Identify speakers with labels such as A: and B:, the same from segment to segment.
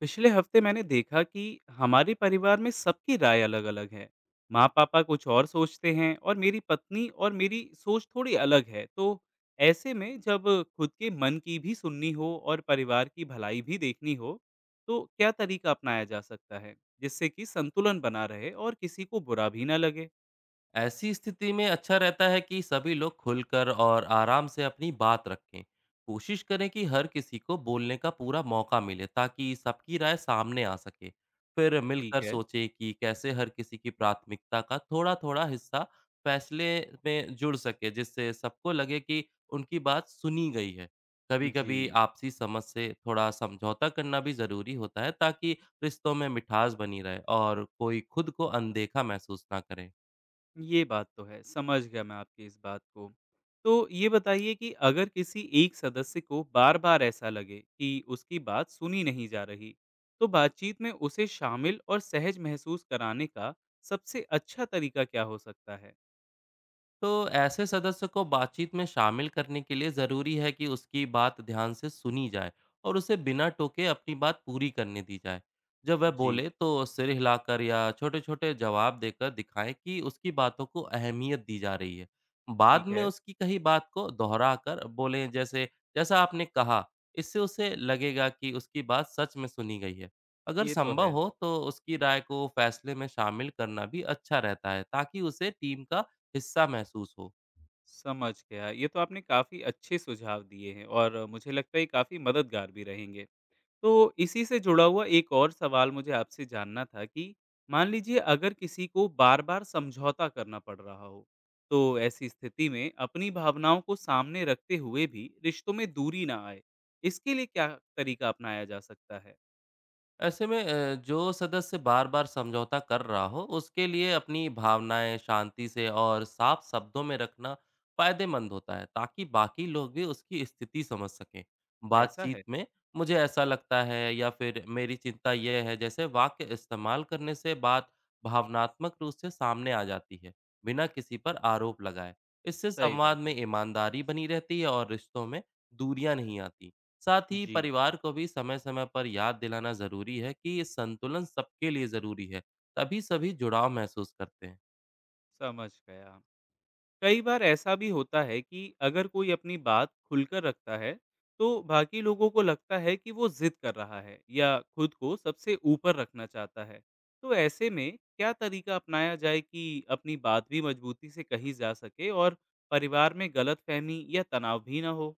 A: पिछले हफ्ते मैंने देखा कि हमारे परिवार में सबकी राय अलग-अलग है। माँ पापा कुछ और सोचते हैं और मेरी पत्नी और मेरी सोच थोड़ी अलग है। तो ऐसे में जब खुद के मन की भी सुननी हो और परिवार की भलाई भी देखनी हो, तो क्या तरीका अपनाया जा सकता है जिससे कि संतुलन बना रहे और किसी को बुरा भी ना लगे?
B: ऐसी स्थिति में अच्छा रहता है कि सभी लोग खुलकर और आराम से अपनी बात रखें। कोशिश करें कि हर किसी को बोलने का पूरा मौका मिले ताकि सबकी राय सामने आ सके। फिर
A: ठीक
B: मिलकर
A: है।
B: सोचें कि कैसे हर किसी की प्राथमिकता का थोड़ा-थोड़ा हिस्सा फैसले में जुड़ सके जिससे सबको लगे कि उनकी बात सुनी गई है।
A: जी।
B: कभी-कभी आपसी समझ से थोड़ा समझौता करना भी ज़रूरी होता है ताकि रिश्तों में मिठास बनी रहे और कोई खुद को अनदेखा महसूस ना करे।
A: ये बात तो है, समझ गया मैं आपकी इस बात को। तो ये बताइए कि अगर किसी एक सदस्य को बार-बार ऐसा लगे कि उसकी बात सुनी नहीं जा रही, तो बातचीत में उसे शामिल और सहज महसूस कराने का सबसे अच्छा तरीका क्या हो सकता है?
B: तो ऐसे सदस्य को बातचीत में शामिल करने के लिए ज़रूरी है कि उसकी बात ध्यान से सुनी जाए और उसे बिना टोके अपनी बात पूरी करने दी जाए। जब वह
A: जी,
B: बोले तो सिर हिलाकर या छोटे छोटे जवाब देकर दिखाएं कि उसकी बातों को अहमियत दी जा रही है। बाद
A: ठीक
B: में
A: है,
B: उसकी कही बात को दोहरा कर बोलें, जैसे जैसा आपने कहा। इससे उसे लगेगा कि उसकी बात सच में सुनी गई है। अगर
A: ये तो
B: संभव
A: है।
B: हो तो उसकी राय को फैसले में शामिल करना भी अच्छा रहता है ताकि उसे टीम का हिस्सा महसूस हो।
A: समझ गया, ये तो आपने काफ़ी अच्छे सुझाव दिए हैं और मुझे लगता है ये काफ़ी मददगार भी रहेंगे। तो इसी से जुड़ा हुआ एक और सवाल मुझे आपसे जानना था कि मान लीजिए अगर किसी को बार-बार समझौता करना पड़ रहा हो, तो ऐसी स्थिति में अपनी भावनाओं को सामने रखते हुए भी रिश्तों में दूरी ना आए, इसके लिए क्या तरीका अपनाया जा सकता है?
B: ऐसे में जो सदस्य बार-बार समझौता कर रहा हो, उसके लिए अपनी भावनाएँ शांति से और साफ शब्दों में रखना फ़ायदेमंद होता है, ताकि बाकी लोग भी उसकी स्थिति समझ सकें।
A: ऐसा है?
B: बातचीत में मुझे ऐसा लगता है या फिर मेरी चिंता यह है जैसे वाक्य इस्तेमाल करने से बात भावनात्मक रूप से सामने आ जाती है, बिना किसी पर आरोप लगाए। इससे
A: सही
B: संवाद
A: बात है।
B: में ईमानदारी बनी रहती है और रिश्तों में दूरियाँ नहीं आती। साथ ही
A: जी,
B: परिवार को भी समय समय पर याद दिलाना जरूरी है कि ये संतुलन सबके लिए जरूरी है। तभी सभी जुड़ाव महसूस करते हैं।
A: समझ गया। कई बार ऐसा भी होता है कि अगर कोई अपनी बात खुलकर रखता है तो बाकी लोगों को लगता है कि वो जिद कर रहा है या खुद को सबसे ऊपर रखना चाहता है। तो ऐसे में क्या तरीका अपनाया जाए कि अपनी बात भी मजबूती से कही जा सके और परिवार में गलतफहमी या तनाव भी ना हो।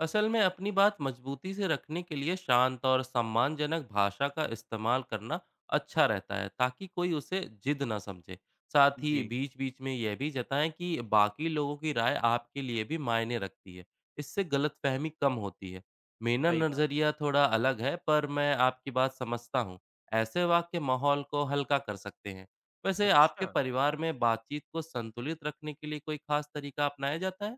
B: असल में अपनी बात मजबूती से रखने के लिए शांत और सम्मानजनक भाषा का इस्तेमाल करना अच्छा रहता है ताकि कोई उसे जिद ना समझे। साथ ही
A: जी।
B: बीच बीच में यह भी जताएं कि बाकी लोगों की राय आपके लिए भी मायने रखती है। इससे गलतफहमी कम होती है। मेरा
A: सही बात है।
B: नज़रिया थोड़ा अलग है पर मैं आपकी बात समझता हूँ। ऐसे वाक्य माहौल को हल्का कर सकते हैं। वैसे
A: अच्छा,
B: आपके परिवार में बातचीत को संतुलित रखने के लिए कोई खास तरीका अपनाया जाता है?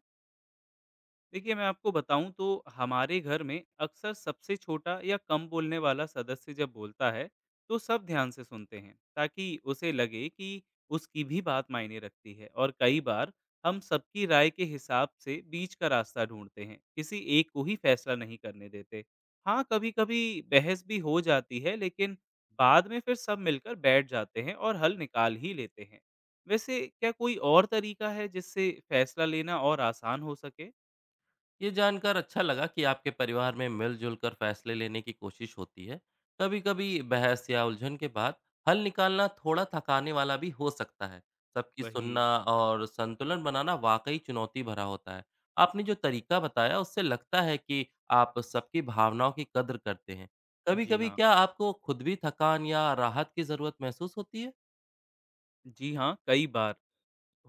A: देखिए मैं आपको बताऊं तो हमारे घर में अक्सर सबसे छोटा या कम बोलने वाला सदस्य जब बोलता है तो सब ध्यान से सुनते हैं ताकि उसे लगे कि उसकी भी बात मायने रखती है। और कई बार हम सबकी राय के हिसाब से बीच का रास्ता ढूंढते हैं, किसी एक को ही फैसला नहीं करने देते। हाँ, कभी कभी बहस भी हो जाती है, लेकिन बाद में फिर सब मिलकर बैठ जाते हैं और हल निकाल ही लेते हैं। वैसे क्या कोई और तरीका है जिससे फैसला लेना और आसान हो सके?
B: ये जानकर अच्छा लगा कि आपके परिवार में मिलजुल कर फैसले लेने की कोशिश होती है। कभी कभी बहस या उलझन के बाद हल निकालना थोड़ा थकाने वाला भी हो सकता है। सबकी
A: वही।
B: सुनना और संतुलन बनाना वाकई चुनौती भरा होता है। आपने जो तरीका बताया उससे लगता है कि आप सबकी भावनाओं की कद्र करते हैं। कभी
A: जी
B: कभी
A: हाँ।
B: क्या आपको खुद भी थकान या राहत की ज़रूरत महसूस होती है?
A: जी हाँ, कई बार।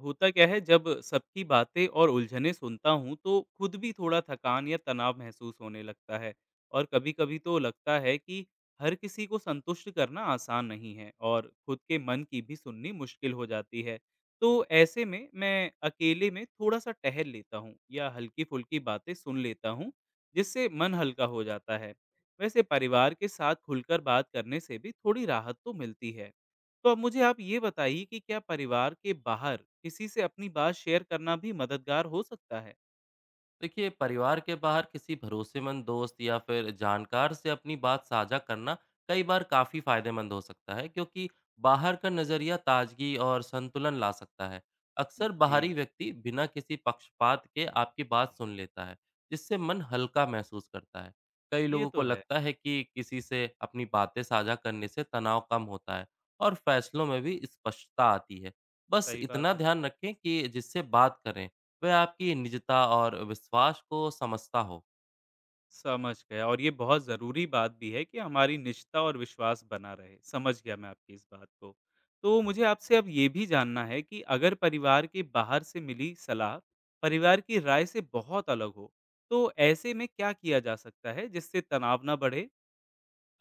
A: होता क्या है, जब सबकी बातें और उलझनें सुनता हूँ तो खुद भी थोड़ा थकान या तनाव महसूस होने लगता है। और कभी-कभी तो लगता है कि हर किसी को संतुष्ट करना आसान नहीं है और खुद के मन की भी सुननी मुश्किल हो जाती है। तो ऐसे में मैं अकेले में थोड़ा-सा टहल लेता हूँ या हल्की-फुल्की बातें सुन लेता हूँ, जिससे मन हल्का हो जाता है। वैसे परिवार के साथ खुलकर बात करने से भी थोड़ी राहत तो मिलती है। तो अब मुझे आप ये बताइए कि क्या परिवार के बाहर किसी से अपनी बात शेयर करना भी मददगार हो सकता है?
B: देखिए, परिवार के बाहर किसी भरोसेमंद दोस्त या फिर जानकार से अपनी बात साझा करना कई बार काफ़ी फायदेमंद हो सकता है, क्योंकि बाहर का नज़रिया ताजगी और संतुलन ला सकता है। अक्सर बाहरी
A: जी,
B: व्यक्ति बिना किसी पक्षपात के आपकी बात सुन लेता है, जिससे मन हल्का महसूस करता है। कई
A: ये
B: लोगों को
A: तो है,
B: लगता है कि किसी से अपनी बातें साझा करने से तनाव कम होता है और फैसलों में भी स्पष्टता आती है। बस
A: सही बात
B: इतना
A: है।
B: ध्यान रखें कि जिससे बात करें वह आपकी निजता और विश्वास को समझता हो।
A: समझ गया और ये बहुत ज़रूरी बात भी है कि हमारी निष्ठा और विश्वास बना रहे। समझ गया मैं आपकी इस बात को। तो मुझे आपसे अब ये भी जानना है कि अगर परिवार के बाहर से मिली सलाह परिवार की राय से बहुत अलग हो, तो ऐसे में क्या किया जा सकता है जिससे तनाव ना बढ़े?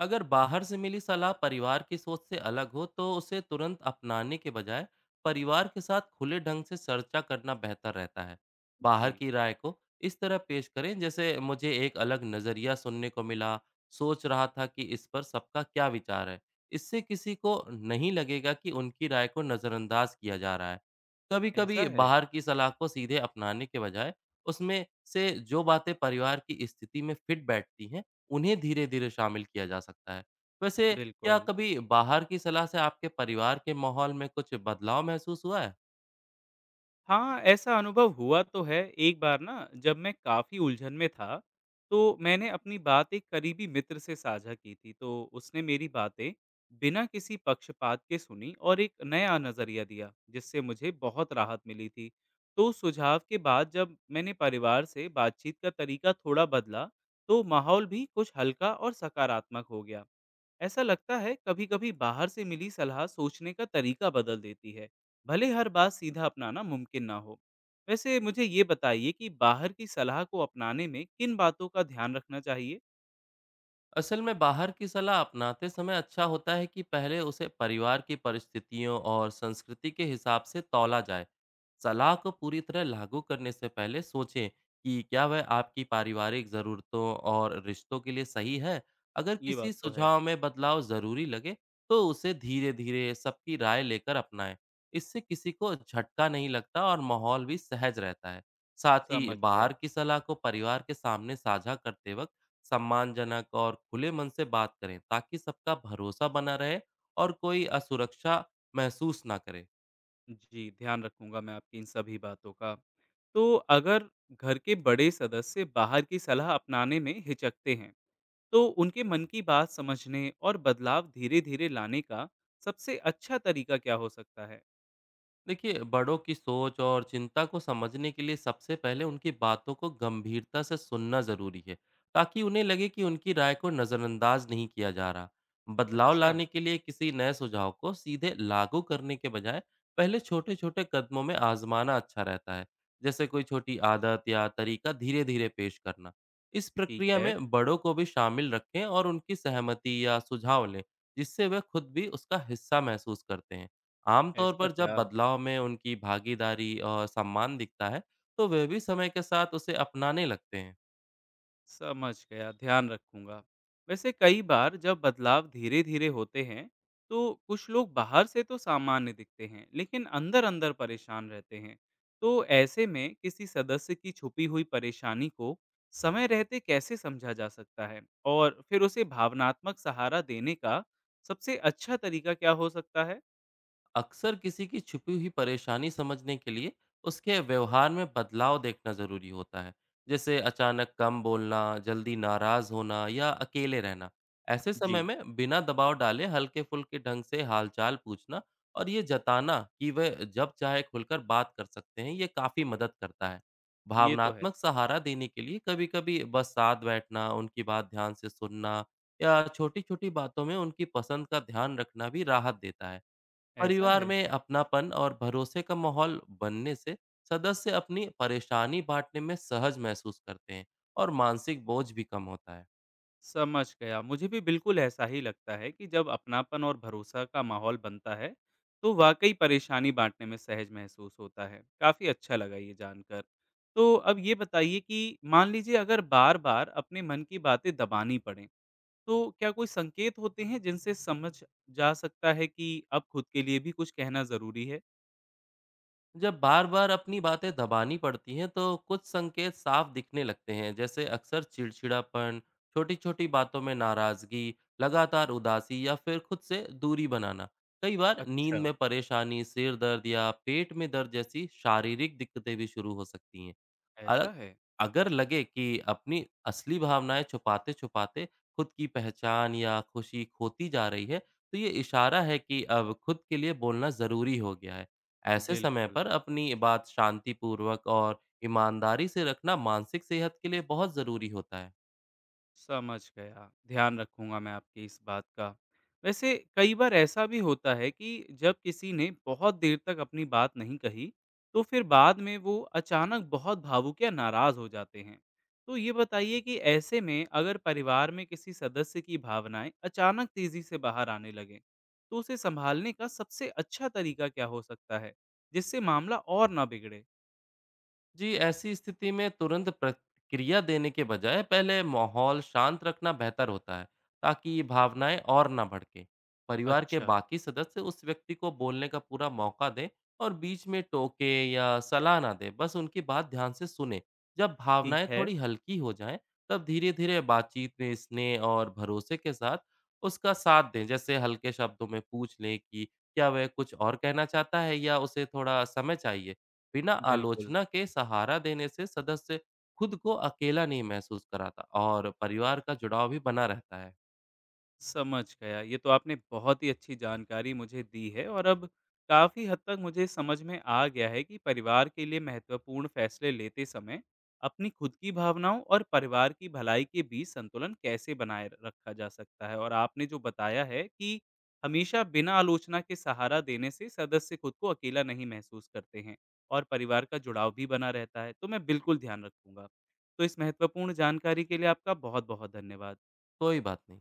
B: अगर बाहर से मिली सलाह परिवार की सोच से अलग हो तो उसे तुरंत अपनाने के बजाय परिवार के साथ खुले ढंग से चर्चा करना बेहतर रहता है। बाहर
A: जी,
B: की राय को इस तरह पेश करें, जैसे मुझे एक अलग नज़रिया सुनने को मिला, सोच रहा था कि इस पर सबका क्या विचार है। इससे किसी को नहीं लगेगा कि उनकी राय को नज़रअंदाज किया जा रहा है। कभी
A: ऐसा
B: कभी
A: है,
B: बाहर की सलाह को सीधे अपनाने के बजाय उसमें से जो बातें परिवार की स्थिति में फिट बैठती हैं उन्हें धीरे-धीरे शामिल किया जा सकता है। वैसे क्या
A: बिल्कुल।
B: कभी बाहर की सलाह से आपके परिवार के माहौल में कुछ बदलाव महसूस हुआ है?
A: हाँ, ऐसा अनुभव हुआ तो है। एक बार ना जब मैं काफ़ी उलझन में था, तो मैंने अपनी बात एक करीबी मित्र से साझा की थी। तो उसने मेरी बातें बिना किसी पक्षपात के सुनी और एक नया नज़रिया दिया, जिससे मुझे बहुत राहत मिली थी। तो सुझाव के बाद जब मैंने परिवार से बातचीत का तरीका थोड़ा बदला, तो माहौल भी कुछ हल्का और सकारात्मक हो गया। ऐसा लगता है कभी-कभी बाहर से मिली सलाह सोचने का तरीका बदल देती है, भले हर बात सीधा अपनाना मुमकिन ना हो। वैसे मुझे ये बताइए कि बाहर की सलाह को अपनाने में किन बातों का ध्यान रखना चाहिए?
B: असल में बाहर की सलाह अपनाते समय अच्छा होता है कि पहले उसे परिवार की परिस्थितियों और संस्कृति के हिसाब से तौला जाए। सलाह को पूरी तरह लागू करने से पहले सोचें कि क्या वह आपकी पारिवारिक ज़रूरतों और रिश्तों के लिए सही है। अगर
A: ये बात
B: किसी
A: तो है,
B: सुझाव में बदलाव ज़रूरी लगे तो उसे धीरे धीरे सबकी राय लेकर अपनाएं। इससे किसी को झटका नहीं लगता और माहौल भी सहज रहता है। साथ ही
A: समझ गया।
B: बाहर की सलाह को परिवार के सामने साझा करते वक्त सम्मानजनक और खुले मन से बात करें ताकि सबका भरोसा बना रहे और कोई असुरक्षा महसूस ना करे।
A: जी, ध्यान रखूँगा मैं आपकी इन सभी बातों का। तो अगर घर के बड़े सदस्य बाहर की सलाह अपनाने में हिचकते हैं, तो उनके मन की बात समझने और बदलाव धीरे-धीरे लाने का सबसे अच्छा तरीका क्या हो सकता है?
B: देखिए, बड़ों की सोच और चिंता को समझने के लिए सबसे पहले उनकी बातों को गंभीरता से सुनना जरूरी है ताकि उन्हें लगे कि उनकी राय को नज़रअंदाज नहीं किया जा रहा। बदलाव
A: अच्छा।
B: लाने के लिए किसी नए सुझाव को सीधे लागू करने के बजाय पहले छोटे छोटे कदमों में आजमाना अच्छा रहता है, जैसे कोई छोटी आदत या तरीका धीरे धीरे पेश करना। इस
A: ठीक
B: प्रक्रिया
A: है,
B: में बड़ों को भी शामिल रखें और उनकी सहमति या सुझाव लें, जिससे वे खुद भी उसका हिस्सा महसूस करते हैं। आमतौर
A: ऐसा
B: पर जब
A: क्या?
B: बदलाव में उनकी भागीदारी और सम्मान दिखता है, तो वे भी समय के साथ उसे अपनाने लगते हैं।
A: समझ गया, ध्यान रखूँगा। वैसे कई बार जब बदलाव धीरे-धीरे होते हैं, तो कुछ लोग बाहर से तो सामान्य दिखते हैं, लेकिन अंदर-अंदर परेशान रहते हैं। तो ऐसे में किसी सदस्य की छुपी हुई परेशानी को समय रहते कैसे समझा जा सकता है? और फिर उसे भावनात्मक सहारा देने का सबसे अच्छा तरीका क्या हो सकता है?
B: अक्सर किसी की छुपी हुई परेशानी समझने के लिए उसके व्यवहार में बदलाव देखना ज़रूरी होता है, जैसे अचानक कम बोलना, जल्दी नाराज़ होना या अकेले रहना। ऐसे
A: जी,
B: समय में बिना दबाव डाले हल्के फुल्के ढंग से हालचाल पूछना और ये जताना कि वह जब चाहे खुलकर बात कर सकते हैं, ये काफ़ी मदद करता है।
A: ये तो है।
B: भावनात्मक सहारा देने के लिए कभी कभी बस साथ बैठना, उनकी बात ध्यान से सुनना या छोटी छोटी बातों में उनकी पसंद का ध्यान रखना भी राहत देता है।
A: ऐसा
B: परिवार
A: है?
B: में अपनापन और भरोसे का माहौल बनने से सदस्य अपनी परेशानी बांटने में सहज महसूस करते हैं और मानसिक बोझ भी कम होता है।
A: समझ गया, मुझे भी बिल्कुल ऐसा ही लगता है कि जब अपनापन और भरोसा का माहौल बनता है तो वाकई परेशानी बांटने में सहज महसूस होता है। काफी अच्छा लगा ये जानकर। तो अब ये बताइए कि मान लीजिए अगर बार बार अपने मन की बातें दबानी पड़े, तो क्या कोई संकेत होते हैं जिनसे समझ जा सकता है कि अब खुद के लिए भी कुछ कहना जरूरी है?
B: जब बार बार अपनी बातें दबानी पड़ती हैं तो कुछ संकेत साफ दिखने लगते हैं, जैसे अक्सर चिड़चिड़ापन, छोटी छोटी बातों में नाराजगी, लगातार उदासी या फिर खुद से दूरी बनाना। कई बार
A: अच्छा।
B: नींद में परेशानी, सिर दर्द या पेट में दर्द जैसी शारीरिक दिक्कतें भी शुरू हो सकती हैं।
A: ऐसा
B: अलग
A: है।
B: अगर लगे कि अपनी असली भावनाएं छुपाते छुपाते खुद की पहचान या खुशी खोती जा रही है तो ये इशारा है कि अब खुद के लिए बोलना ज़रूरी हो गया है। ऐसे समय
A: बिल्कुल।
B: पर अपनी बात शांतिपूर्वक और ईमानदारी से रखना मानसिक सेहत के लिए बहुत ज़रूरी होता है।
A: समझ गया। ध्यान रखूँगा मैं आपकी इस बात का। वैसे कई बार ऐसा भी होता है कि जब किसी ने बहुत देर तक अपनी बात नहीं कही, तो फिर बाद में वो अचानक बहुत भावुक या नाराज़ हो जाते हैं। तो ये बताइए कि ऐसे में अगर परिवार में किसी सदस्य की भावनाएँ अचानक तेज़ी से बाहर आने लगें, तो उसे सँभालने का सबसे अच्छा तरीका क्या हो सकता है, जिससे मामला और ना बिगड़े?
B: जी, ऐसी स्थिति में तुरंत प्रतिक्रिया देने के बजाय पहले माहौल शांत रखना बेहतर होता है ताकि भावनाएं और ना भड़कें। परिवार के
A: अच्छा।
B: बाकी सदस्य उस व्यक्ति को बोलने का पूरा मौका दें और बीच में टोके या सलाह ना दें, बस उनकी बात ध्यान से सुने। जब
A: ठीक
B: भावनाएं
A: है,
B: थोड़ी हल्की हो जाएं तब धीरे धीरे बातचीत में स्नेह और भरोसे के साथ उसका साथ दें, जैसे हल्के शब्दों में पूछ लें कि क्या वह कुछ और कहना चाहता है या उसे थोड़ा समय चाहिए। बिना
A: बिल्कुल।
B: आलोचना के सहारा देने से सदस्य खुद को अकेला नहीं महसूस कराता और परिवार का जुड़ाव भी बना रहता है।
A: समझ गया। ये तो आपने बहुत ही अच्छी जानकारी मुझे दी है और अब काफ़ी हद तक मुझे समझ में आ गया है कि परिवार के लिए महत्वपूर्ण फैसले लेते समय अपनी खुद की भावनाओं और परिवार की भलाई के बीच संतुलन कैसे बनाए रखा जा सकता है। और आपने जो बताया है कि हमेशा बिना आलोचना के सहारा देने से सदस्य खुद को अकेला नहीं महसूस करते हैं और परिवार का जुड़ाव भी बना रहता है। तो मैं बिल्कुल ध्यान रखूंगा। तो इस महत्वपूर्ण जानकारी के लिए आपका बहुत-बहुत धन्यवाद।
B: कोई बात नहीं।